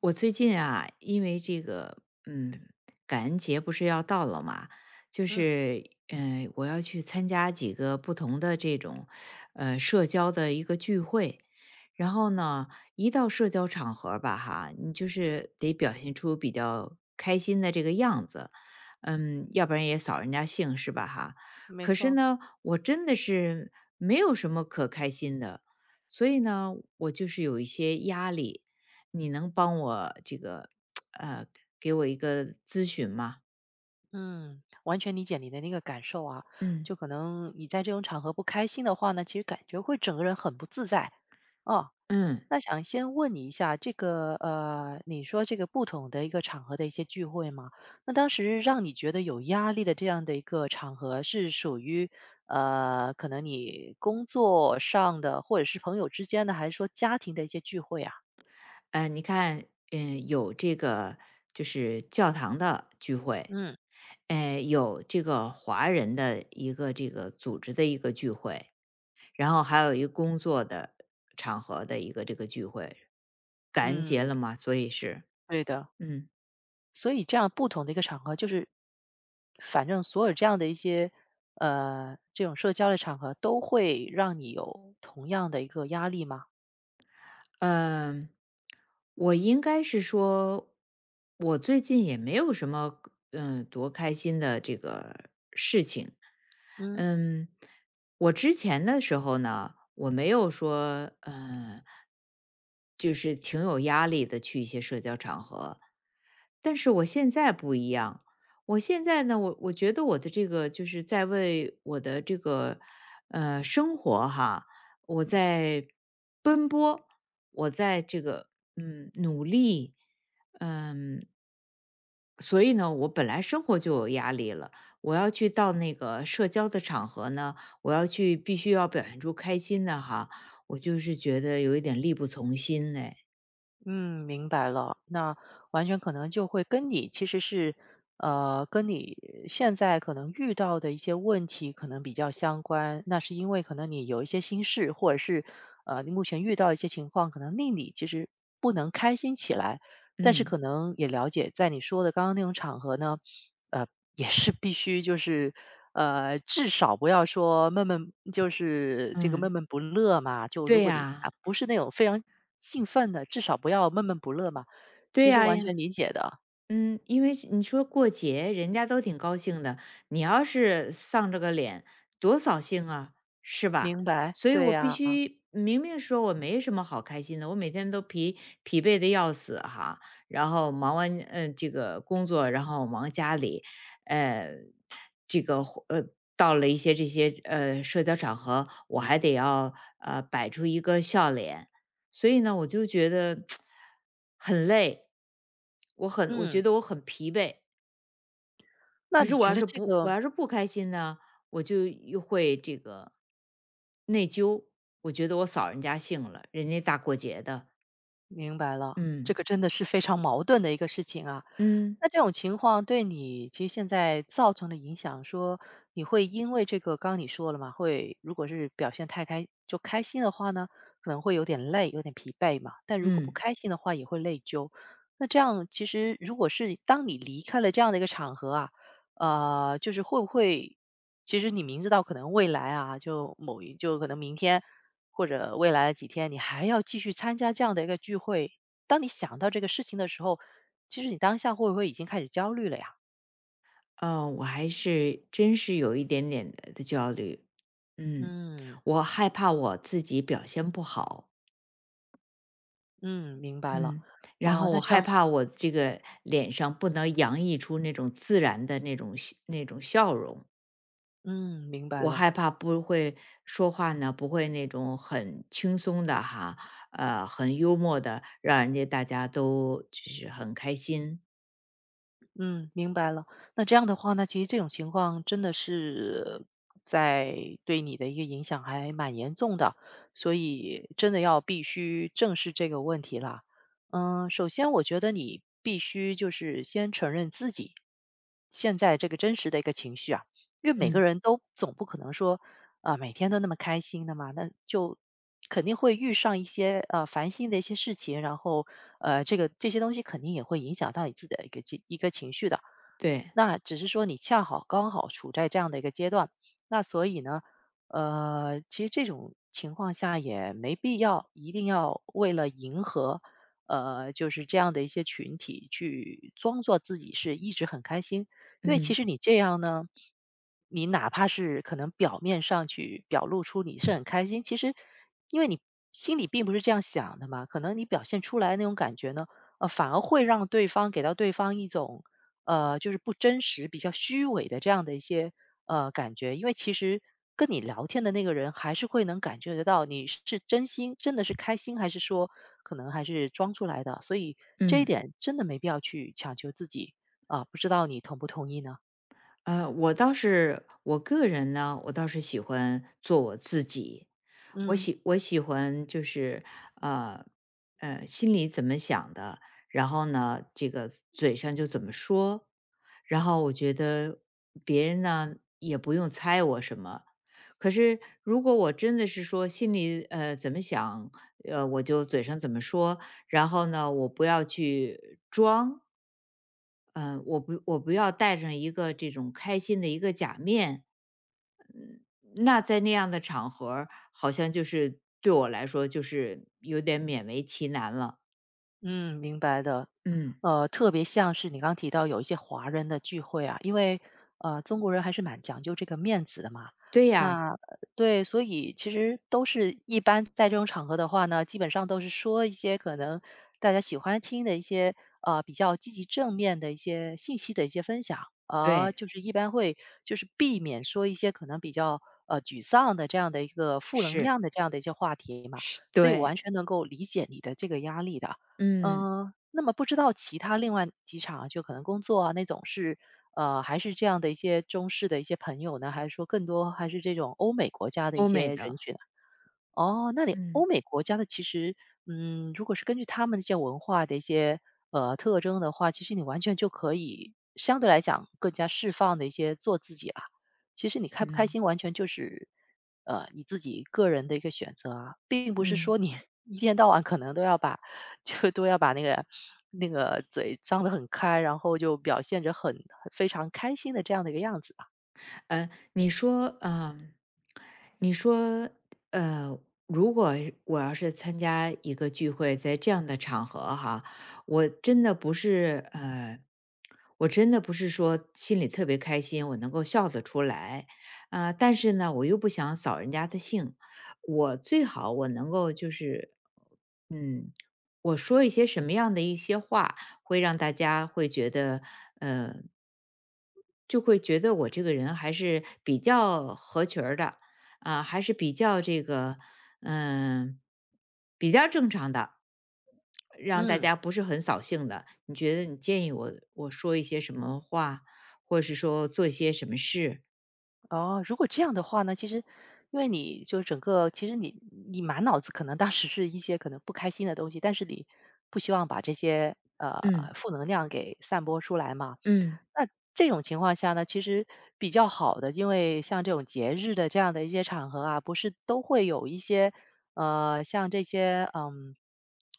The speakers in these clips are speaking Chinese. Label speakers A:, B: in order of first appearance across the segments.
A: 我最近啊，因为这个，嗯，感恩节不是要到了嘛，就
B: 嗯，
A: 是，我要去参加几个不同的这种，社交的一个聚会。然后呢，一到社交场合吧，哈，你就是得表现出比较开心的这个样子，要不然也扫人家兴是吧，哈。
B: 没
A: 可是
B: 错，
A: 呢，我真的是没有什么可开心的，所以呢，我就是有一些压力。你能帮我这个呃给我一个咨询吗？
B: 嗯，完全理解你的那个感受啊。
A: 嗯
B: 就可能你在这种场合不开心的话呢，其实感觉会整个人很不自在。哦，
A: 嗯，
B: 那想先问你一下，这个你说这个不同的一个场合的一些聚会嘛，那当时让你觉得有压力的这样的一个场合，是属于可能你工作上的，或者是朋友之间的，还是说家庭的一些聚会啊？
A: 你看，有这个就是教堂的聚会，
B: 嗯
A: 有这个华人的一个这个组织的一个聚会，然后还有一个工作的场合的一个这个聚会，感恩节了
B: 嗯，
A: 嘛，所以是，
B: 对的。
A: 嗯。
B: 所以这样不同的一个场合，就是反正所有这样的一些这种社交的场合，都会让你有同样的一个压力吗？
A: 嗯，我应该是说，我最近也没有什么，多开心的这个事情。
B: 嗯
A: 嗯，我之前的时候呢，我没有说，就是挺有压力的去一些社交场合，但是我现在不一样。我现在呢，我觉得我的这个就是在为我的这个生活哈，我在奔波，我在这个努力，嗯。所以呢，我本来生活就有压力了，我要去到那个社交的场合呢，我要去必须要表现出开心的哈，我就是觉得有一点力不从心哎。
B: 嗯，明白了。那完全可能就会跟你其实是跟你现在可能遇到的一些问题可能比较相关。那是因为可能你有一些心事，或者是你目前遇到一些情况，可能令你其实不能开心起来。但是
A: 嗯。
B: 可能也了解，在你说的刚刚那种场合呢，呃，也是必须至少不要说闷闷就是这个
A: 嗯，
B: 闷闷不乐嘛。就如
A: 对
B: 果你
A: 呀，
B: 啊不是那种非常兴奋的，至少不要闷闷不乐嘛。
A: 对
B: 其实完全
A: 呀。
B: 理解的，
A: 嗯，因为你说过节人家都挺高兴的，你要是丧着个脸，多扫兴啊，是吧？
B: 明白，
A: 所以
B: 对
A: 我必
B: 呀，
A: 须明明说我没什么好开心的，我每天都疲惫的要死哈，然后忙完这个工作，然后忙家里，呃，这个活到了一些这些社交场合，我还得要摆出一个笑脸，所以呢，我就觉得很累，我觉
B: 嗯。
A: 得我很疲惫。
B: 那
A: 可
B: 你
A: 是我
B: 觉
A: 要
B: 得
A: 是
B: 这
A: 不我
B: 个
A: 要是不开心呢，我就又会这个内疚，我觉得我扫人家兴了，人家大过节的，
B: 明白了，
A: 嗯
B: 这个真的是非常矛盾的一个事情啊。
A: 嗯
B: 那这种情况对你其实现在造成的影响，说你会因为这个，刚刚你说了嘛，会如果是表现太开就开心的话呢，可能会有点累，有点疲惫嘛。但如果不
A: 嗯，
B: 开心的话，也会内疚。那这样其实如果是当你离开了这样的一个场合啊，就是会不会，其实你明知道可能未来啊，就某一就可能明天或者未来几天，你还要继续参加这样的一个聚会。当你想到这个事情的时候，其实你当下会不会已经开始焦虑了呀？
A: 我还是真是有一点点的焦虑，嗯，
B: 嗯，
A: 我害怕我自己表现不好，
B: 嗯，明白了。
A: 嗯，然
B: 啊，
A: 后
B: 那
A: 我
B: 这
A: 害
B: 样
A: 怕我这个脸上不能洋溢出那种自然的那种笑那种笑容，
B: 嗯，明白
A: 我
B: 了，
A: 害怕不会说话呢，不会那种很轻松的哈，很幽默的，让人家大家都就是很开心。
B: 嗯，明白了。那这样的话呢，其实这种情况真的是在对你的一个影响还蛮严重的，所以真的要必须正视这个问题啦。嗯，首先我觉得你必须就是先承认自己现在这个真实的一个情绪啊。因为每个
A: 嗯，
B: 人都总不可能说，啊、每天都那么开心的嘛，那就肯定会遇上一些烦心的一些事情，然后这个这些东西肯定也会影响到你自己的一个情绪的。
A: 对，
B: 那只是说你恰好刚好处在这样的一个阶段，那所以呢，其实这种情况下也没必要一定要为了迎合，就是这样的一些群体去装作自己是一直很开心，因为其
A: 嗯
B: 实你这样呢，你哪怕是可能表面上去表露出你是很开心，其实因为你心里并不是这样想的嘛，可能你表现出来那种感觉呢，反而会让对方给到对方一种就是不真实、比较虚伪的这样的一些感觉。因为其实跟你聊天的那个人还是会能感觉得到你是真心，真的是开心，还是说可能还是装出来的。所以这一
A: 嗯。
B: 点真的没必要去强求自己啊、不知道你同不同意呢？
A: 我倒是我个人呢，我倒是喜欢做我自己。
B: 嗯。
A: 我喜欢就是呃心里怎么想的，然后呢，这个嘴上就怎么说。然后我觉得别人呢也不用猜我什么。可是如果我真的是说心里怎么想，我就嘴上怎么说，然后呢，我不要去装。嗯，我不要戴上一个这种开心的一个假面。那在那样的场合儿好像就是对我来说就是有点勉为其难了。
B: 嗯，明白的。
A: 嗯，
B: 特别像是你刚提到有一些华人的聚会啊，因为中国人还是蛮讲究这个面子的嘛。
A: 对呀，
B: 那对，所以其实都是一般在这种场合的话呢，基本上都是说一些可能大家喜欢听的一些比较积极正面的一些信息的一些分享，而、
A: 对，
B: 就是一般会就是避免说一些可能比较沮丧的这样的一个负能
A: 是
B: 量的这样的一些话题嘛。
A: 是，
B: 所以我完
A: 对，
B: 全能够理解你的这个压力的。
A: 嗯，
B: 嗯，那么不知道其他另外几场啊就可能工作啊那种是，还是这样的一些中式的一些朋友呢，还是说更多还是这种欧美国家的一
A: 欧美
B: 些人
A: 的，
B: 群啊？哦，那你欧
A: 嗯
B: 美国家的其实，嗯，如果是根据他们一些文化的一些特征的话，其实你完全就可以相对来讲更加释放的一些做自己啦。其实你开不开
A: 嗯
B: 心，完全就是你自己个人的一个选择啊，并不是
A: 嗯。
B: 说你 一天到晚可能都要把就都要把那个那个嘴张得很开，然后就表现着很非常开心的这样的一个样子吧。
A: 你说，你说，呃，如果我要是参加一个聚会，在这样的场合哈，我真的不是，呃，我真的不是说心里特别开心，我能够笑得出来，但是呢，我又不想扫人家的兴，我最好我能够就是，嗯，我说一些什么样的一些话，会让大家会觉得我这个人还是比较合群儿的，啊，还是比较这个，嗯，比较正常的，让大
B: 嗯。
A: 家不是很扫兴的。你觉得你建议我说一些什么话，或者是说做一些什么事？
B: 哦，如果这样的话呢，其实因为你就整个其实你你满脑子可能当时是一些可能不开心的东西，但是你不希望把这些，
A: 嗯
B: 负能量给散播出来嘛。
A: 嗯
B: 那这种情况下呢，其实比较好的，因为像这种节日的这样的一些场合啊，不是都会有一些，像这些，嗯，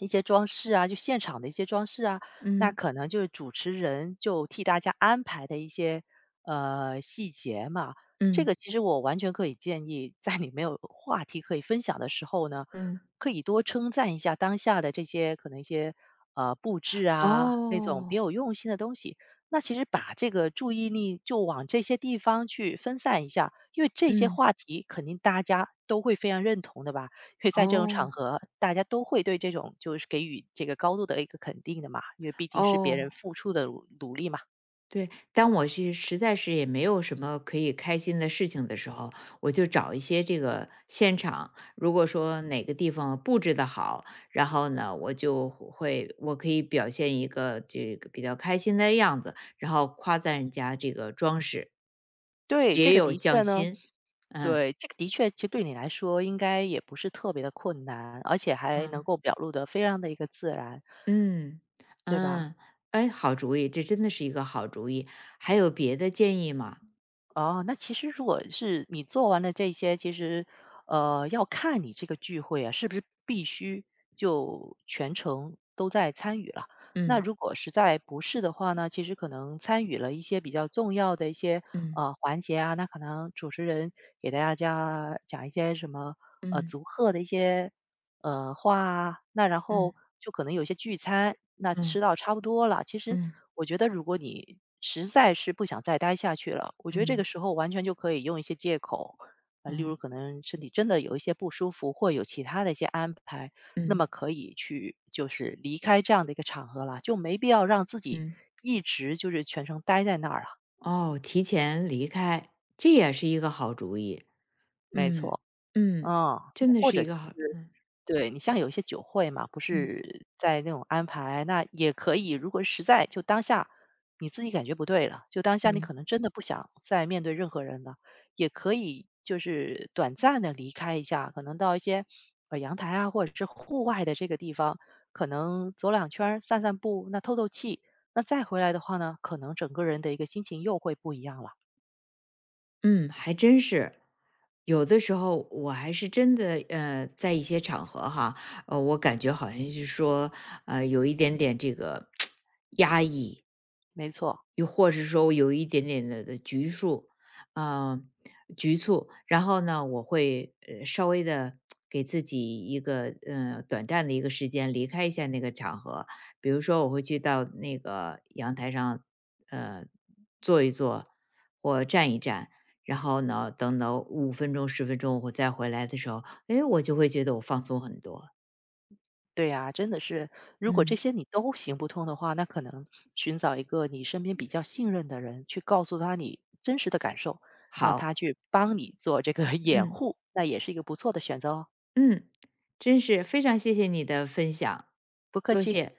B: 一些装饰啊，就现场的一些装饰啊，那
A: 嗯
B: 可能就是主持人就替大家安排的一些，细节嘛。这
A: 嗯
B: 个其实我完全可以建议，在你没有话题可以分享的时候呢，
A: 嗯，
B: 可以多称赞一下当下的这些可能一些布置啊那种别
A: 哦，
B: 有用心的东西。那其实把这个注意力就往这些地方去分散一下，因为这些
A: 嗯
B: 话题肯定大家都会非常认同的吧？因为在这种场
A: 哦
B: 合，大家都会对这种就是给予这个高度的一个肯定的嘛，因为毕竟是别人
A: 哦。
B: 付出的努力嘛。
A: 对，当我是实在是也没有什么可以开心的事情的时候，我就找一些这个现场，如果说哪个地方布置的好，然后呢，我就会可以表现一个这个比较开心的样子，然后夸赞人家这个装饰
B: 对，这
A: 别
B: 个
A: 有
B: 的确
A: 匠
B: 呢
A: 心。嗯
B: 对，这个的确其实对你来说应该也不是特别的困难，而且还能
A: 嗯
B: 够表露的非常的一个自然，
A: 嗯
B: 对吧？
A: 嗯，哎，好主意，这真的是一个好主意。还有别的建议吗？
B: 哦，那其实如果是你做完了这些，其实，要看你这个聚会啊，是不是必须就全程都在参与了。那
A: 嗯
B: 如果实在不是的话呢，其实可能参与了一些比较重要的一些，
A: 嗯
B: 环节啊，那可能主持人给大家讲一些什么，
A: 嗯
B: 祝贺的一些话啊，那然
A: 嗯
B: 后就可能有一些聚餐，那
A: 嗯
B: 吃到差不多了，其实
A: 嗯
B: 我觉得如果你实在是不想再待下去了，我觉得这
A: 嗯
B: 个时候完全就可以用一些借口，啊，例
A: 嗯。
B: 如可能身体真的有一些不舒服，或有其他的一些安排，那
A: 嗯
B: 么可以去就是离开这样的一个场合了，就没必要让自己
A: 嗯。
B: 一直就是全程待在那儿了。
A: 哦，提前离开，这也是一个好主意。
B: 没
A: 嗯
B: 错，
A: 嗯，
B: 嗯，那
A: 真的
B: 或
A: 是
B: 者
A: 一
B: 是
A: 个好
B: 对，你像有一些酒会嘛，不
A: 嗯
B: 是在那种安排，那也可以。如果实在就当下你自己感觉不对了，就当下你
A: 嗯。
B: 可能真的不想再面对任何人了，也可以就是短暂的离开一下，可能到一些阳台啊，或者是户外的这个地方，可能走两圈儿散散步，那透透气。那再回来的话呢，可能整个人的一个心情又会不一样了。
A: 嗯，还真是。有的时候我还是真的，在一些场合哈，我感觉好像是说，有一点点这个 压抑，
B: 没错。
A: 又或是说我有一点点的局促，呃，局促。然后呢，我会稍微的给自己一个短暂的一个时间离开一下那个场合，比如说我会去到那个阳台上，呃，坐一坐或站一站。然后呢，等到5分钟、10分钟我再回来的时候，哎，我就会觉得我放松很多。
B: 对呀，真的是，如果这
A: 嗯，
B: 些你都行不通的话，那可能寻找一个你身边比较信任的人，去告诉他你真实的感受，让
A: 好，
B: 他去帮你做这个 掩
A: 嗯，
B: 护，那也是一个不错的选择哦。
A: 嗯，真是非常谢谢你的分享，
B: 不客
A: 多
B: 气。
A: 谢。